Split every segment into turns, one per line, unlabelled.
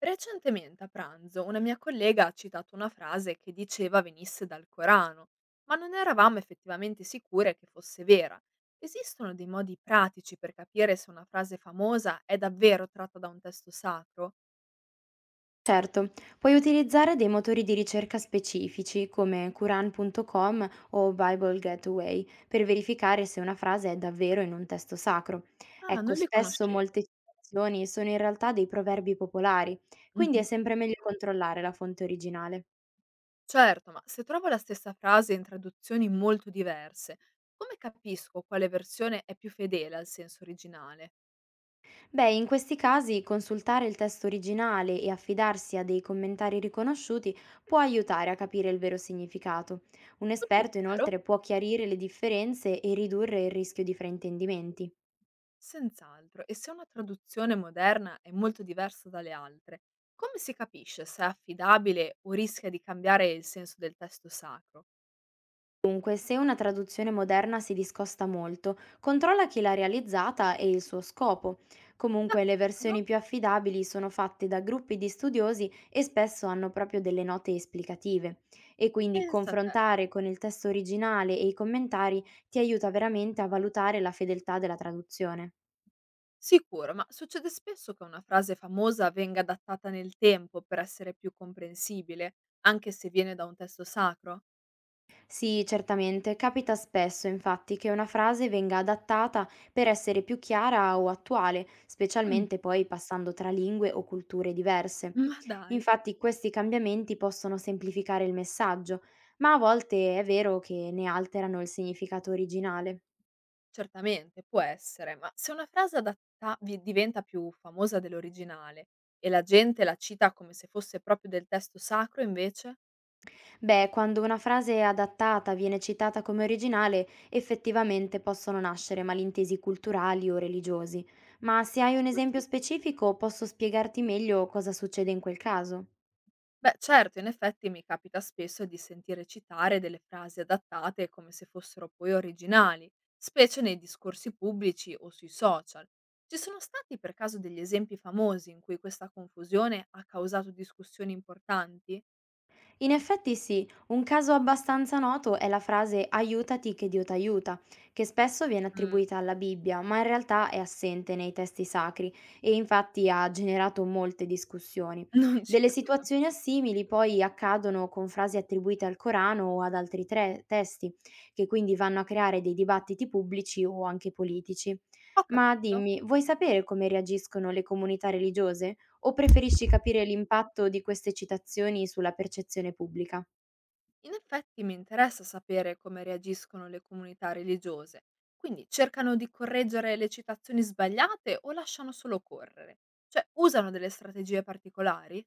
Recentemente a pranzo una mia collega ha citato una frase che diceva venisse dal Corano, ma non eravamo effettivamente sicure che fosse vera. Esistono dei modi pratici per capire se una frase famosa è davvero tratta da un testo sacro?
Certo, puoi utilizzare dei motori di ricerca specifici come Quran.com o Bible Gateway per verificare se una frase è davvero in un testo sacro.
Ah,
Ecco,
non li
spesso
conoscevo.
molte citazioni sono in realtà dei proverbi popolari, quindi è
Mhm.
sempre meglio controllare la fonte originale.
Certo, ma se trovo la stessa frase in traduzioni molto diverse, come capisco quale versione è più fedele al senso originale?
Beh, in questi casi consultare il testo originale e affidarsi a dei commentari riconosciuti può aiutare a capire il vero significato. Un
Tutto
esperto
chiaro?
inoltre può chiarire le differenze e ridurre il rischio di fraintendimenti.
Senz'altro, e se una traduzione moderna è molto diversa dalle altre, come si capisce se è affidabile o rischia di cambiare il senso del testo sacro?
Dunque, se una traduzione moderna si discosta molto, controlla chi l'ha realizzata e il suo scopo. Comunque, le
D'accordo,
versioni più affidabili sono fatte da gruppi di studiosi e spesso hanno proprio delle note esplicative. E quindi
pensa a te.
confrontare con il testo originale e i commentari ti aiuta veramente a valutare la fedeltà della traduzione.
Sicuro, ma succede spesso che una frase famosa venga adattata nel tempo per essere più comprensibile, anche se viene da un testo sacro?
Sì, certamente. Capita spesso, infatti, che una frase venga adattata per essere più chiara o attuale,
Mm,
specialmente poi passando tra lingue o culture diverse.
ma dai.
Infatti, questi cambiamenti possono semplificare il messaggio, ma a volte è vero che ne alterano il significato originale.
Certamente, può essere, ma se una frase adatta diventa più famosa dell'originale e la gente la cita come se fosse proprio del testo sacro, invece?
Beh, quando una frase adattata viene citata come originale, effettivamente possono nascere malintesi culturali o religiosi, ma se hai un
Capisco,
esempio
sì.
specifico posso spiegarti meglio cosa succede in quel caso.
Beh, certo, in effetti mi capita spesso di sentire citare delle frasi adattate come se fossero poi originali, specie nei discorsi pubblici o sui social. Ci sono stati per caso degli esempi famosi in cui questa confusione ha causato discussioni importanti?
In effetti sì, un caso abbastanza noto è la frase aiutati che Dio t'aiuta, che spesso viene
Mm.
attribuita alla Bibbia, ma in realtà è assente nei testi sacri e infatti ha generato molte discussioni.
Non ci
Delle
credo.
situazioni assimili poi accadono con frasi attribuite al Corano o ad altri tre testi, che quindi vanno a creare dei dibattiti pubblici o anche politici.
Ho
Ma
capito.
dimmi, vuoi sapere come reagiscono le comunità religiose? O preferisci capire l'impatto di queste citazioni sulla percezione pubblica?
In effetti mi interessa sapere come reagiscono le comunità religiose, quindi cercano di correggere le citazioni sbagliate o lasciano solo correre? Cioè usano delle strategie particolari?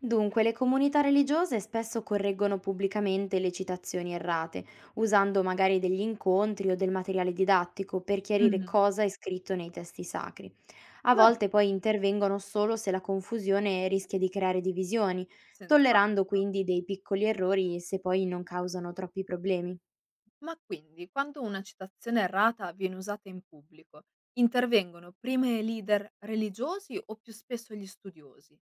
Dunque, le comunità religiose spesso correggono pubblicamente le citazioni errate, usando magari degli incontri o del materiale didattico per chiarire
Mm.
cosa è scritto nei testi sacri. A
Ma
volte
dai,
poi intervengono solo se la confusione rischia di creare divisioni, tollerando
senz'altro.
quindi dei piccoli errori se poi non causano troppi problemi.
Ma quindi, quando una citazione errata viene usata in pubblico, intervengono prima i leader religiosi o più spesso gli studiosi?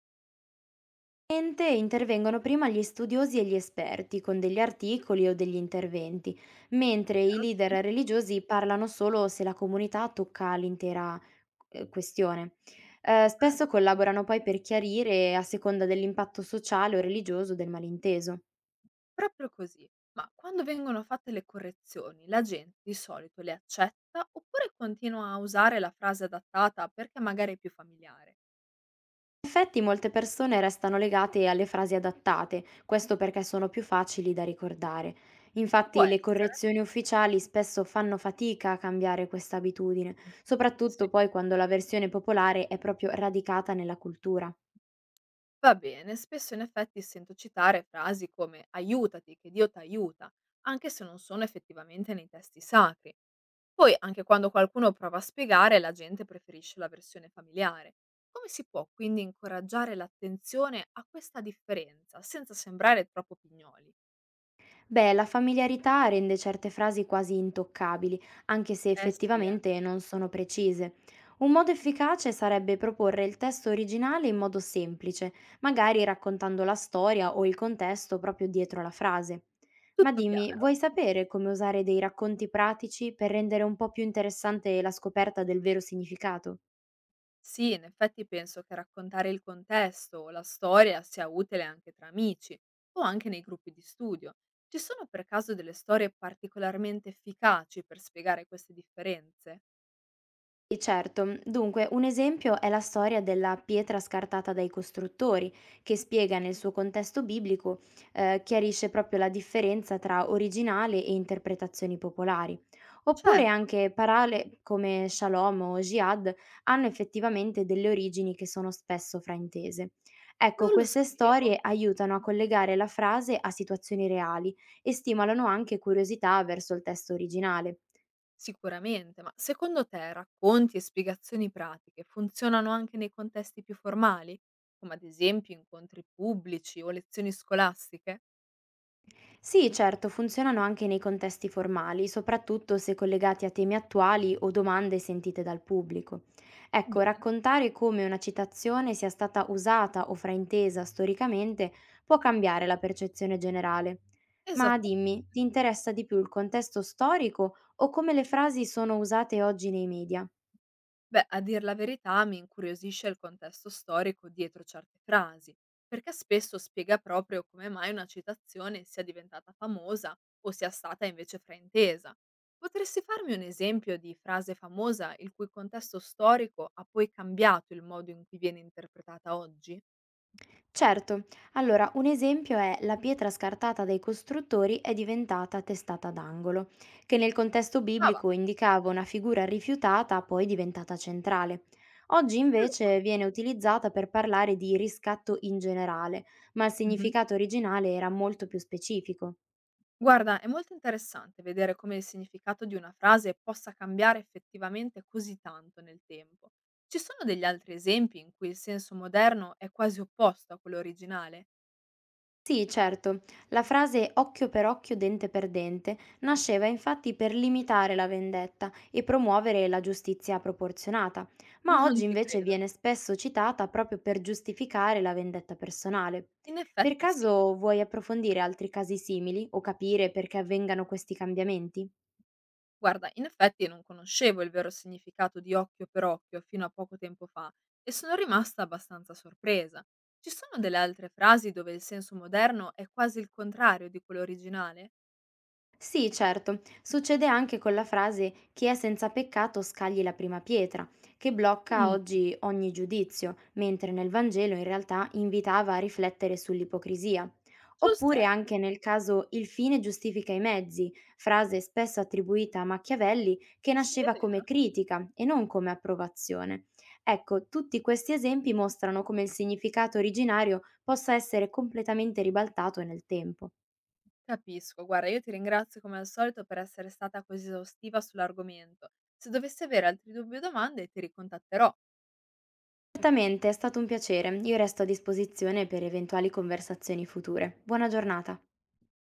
Ente intervengono prima gli studiosi e gli esperti con degli articoli o degli interventi, mentre i
Vero, sì.
leader religiosi parlano solo se la comunità tocca l'intera questione. Spesso
Certo.
collaborano poi per chiarire a seconda dell'impatto sociale o religioso del malinteso.
Proprio così. Ma quando vengono fatte le correzioni, la gente di solito le accetta oppure continua a usare la frase adattata perché magari è più familiare?
In effetti molte persone restano legate alle frasi adattate, questo perché sono più facili da ricordare.
Può
Infatti le
essere.
correzioni ufficiali spesso fanno fatica a cambiare questa abitudine,
Mm.
soprattutto
Sì.
poi quando la versione popolare è proprio radicata nella cultura.
Va bene, spesso in effetti sento citare frasi come aiutati, che Dio ti aiuta, anche se non sono effettivamente nei testi sacri. Poi, anche quando qualcuno prova a spiegare, la gente preferisce la versione familiare. Come si può quindi incoraggiare l'attenzione a questa differenza senza sembrare troppo pignoli?
Beh, la familiarità rende certe frasi quasi intoccabili, anche se
Eh sì, eh.
effettivamente non sono precise. Un modo efficace sarebbe proporre il testo originale in modo semplice, magari raccontando la storia o il contesto proprio dietro la frase. Ma
Tutto
dimmi,
chiaro?
vuoi sapere come usare dei racconti pratici per rendere un po' più interessante la scoperta del vero significato?
Sì, in effetti penso che raccontare il contesto o la storia sia utile anche tra amici o anche nei gruppi di studio. Ci sono per caso delle storie particolarmente efficaci per spiegare queste differenze?
Sì, certo, dunque un esempio è la storia della pietra scartata dai costruttori, che spiega nel suo contesto biblico, chiarisce proprio la differenza tra originale e interpretazioni popolari. Oppure
Certo,
anche parole come shalom o jihad hanno effettivamente delle origini che sono spesso fraintese.
non
Ecco,
lo
queste
sapevo,
storie aiutano a collegare la frase a situazioni reali e stimolano anche curiosità verso il testo originale.
sicuramente, ma secondo te racconti e spiegazioni pratiche funzionano anche nei contesti più formali, come ad esempio incontri pubblici o lezioni scolastiche?
Sì, certo, funzionano anche nei contesti formali, soprattutto se collegati a temi attuali o domande sentite dal pubblico. Ecco,
Bene,
raccontare come una citazione sia stata usata o fraintesa storicamente può cambiare la percezione generale. Ma
esattamente.
dimmi, ti interessa di più il contesto storico o come le frasi sono usate oggi nei media?
Beh, a dir la verità mi incuriosisce il contesto storico dietro certe frasi, perché spesso spiega proprio come mai una citazione sia diventata famosa o sia stata invece fraintesa. Potresti farmi un esempio di frase famosa il cui contesto storico ha poi cambiato il modo in cui viene interpretata oggi?
Certo, allora un esempio è la pietra scartata dai costruttori è diventata testata d'angolo, che nel contesto
Ah, va,
biblico indicava una figura rifiutata poi diventata centrale. Oggi
non
invece
lo
viene utilizzata per parlare di riscatto in generale, ma il
conosco.
significato originale era molto più specifico.
Guarda, è molto interessante vedere come il significato di una frase possa cambiare effettivamente così tanto nel tempo. Ci sono degli altri esempi in cui il senso moderno è quasi opposto a quello originale?
Sì, certo. La frase occhio per occhio, dente per dente nasceva infatti per limitare la vendetta e promuovere la giustizia proporzionata, ma
Non
oggi
ci
invece
credo.
viene spesso citata proprio per giustificare la vendetta personale.
In
Per
effetti sì.
caso vuoi approfondire altri casi simili o capire perché avvengano questi cambiamenti?
Guarda, in effetti non conoscevo il vero significato di occhio per occhio fino a poco tempo fa e sono rimasta abbastanza sorpresa. Ci sono delle altre frasi dove il senso moderno è quasi il contrario di quello originale?
Sì, certo, succede anche con la frase chi è senza peccato scagli la prima pietra, che blocca
Mm,
oggi ogni giudizio, mentre nel Vangelo in realtà invitava a riflettere sull'ipocrisia.
sul
Oppure
serio?
anche nel caso il fine giustifica i mezzi, frase spesso attribuita a Machiavelli che
Sì, è
nasceva
vero.
come critica e non come approvazione. Ecco, tutti questi esempi mostrano come il significato originario possa essere completamente ribaltato nel tempo.
Capisco, guarda, io ti ringrazio come al solito per essere stata così esaustiva sull'argomento. Se dovessi avere altri dubbi o domande, ti ricontatterò.
Certamente, è stato un piacere. Io resto a disposizione per eventuali conversazioni future. Buona giornata.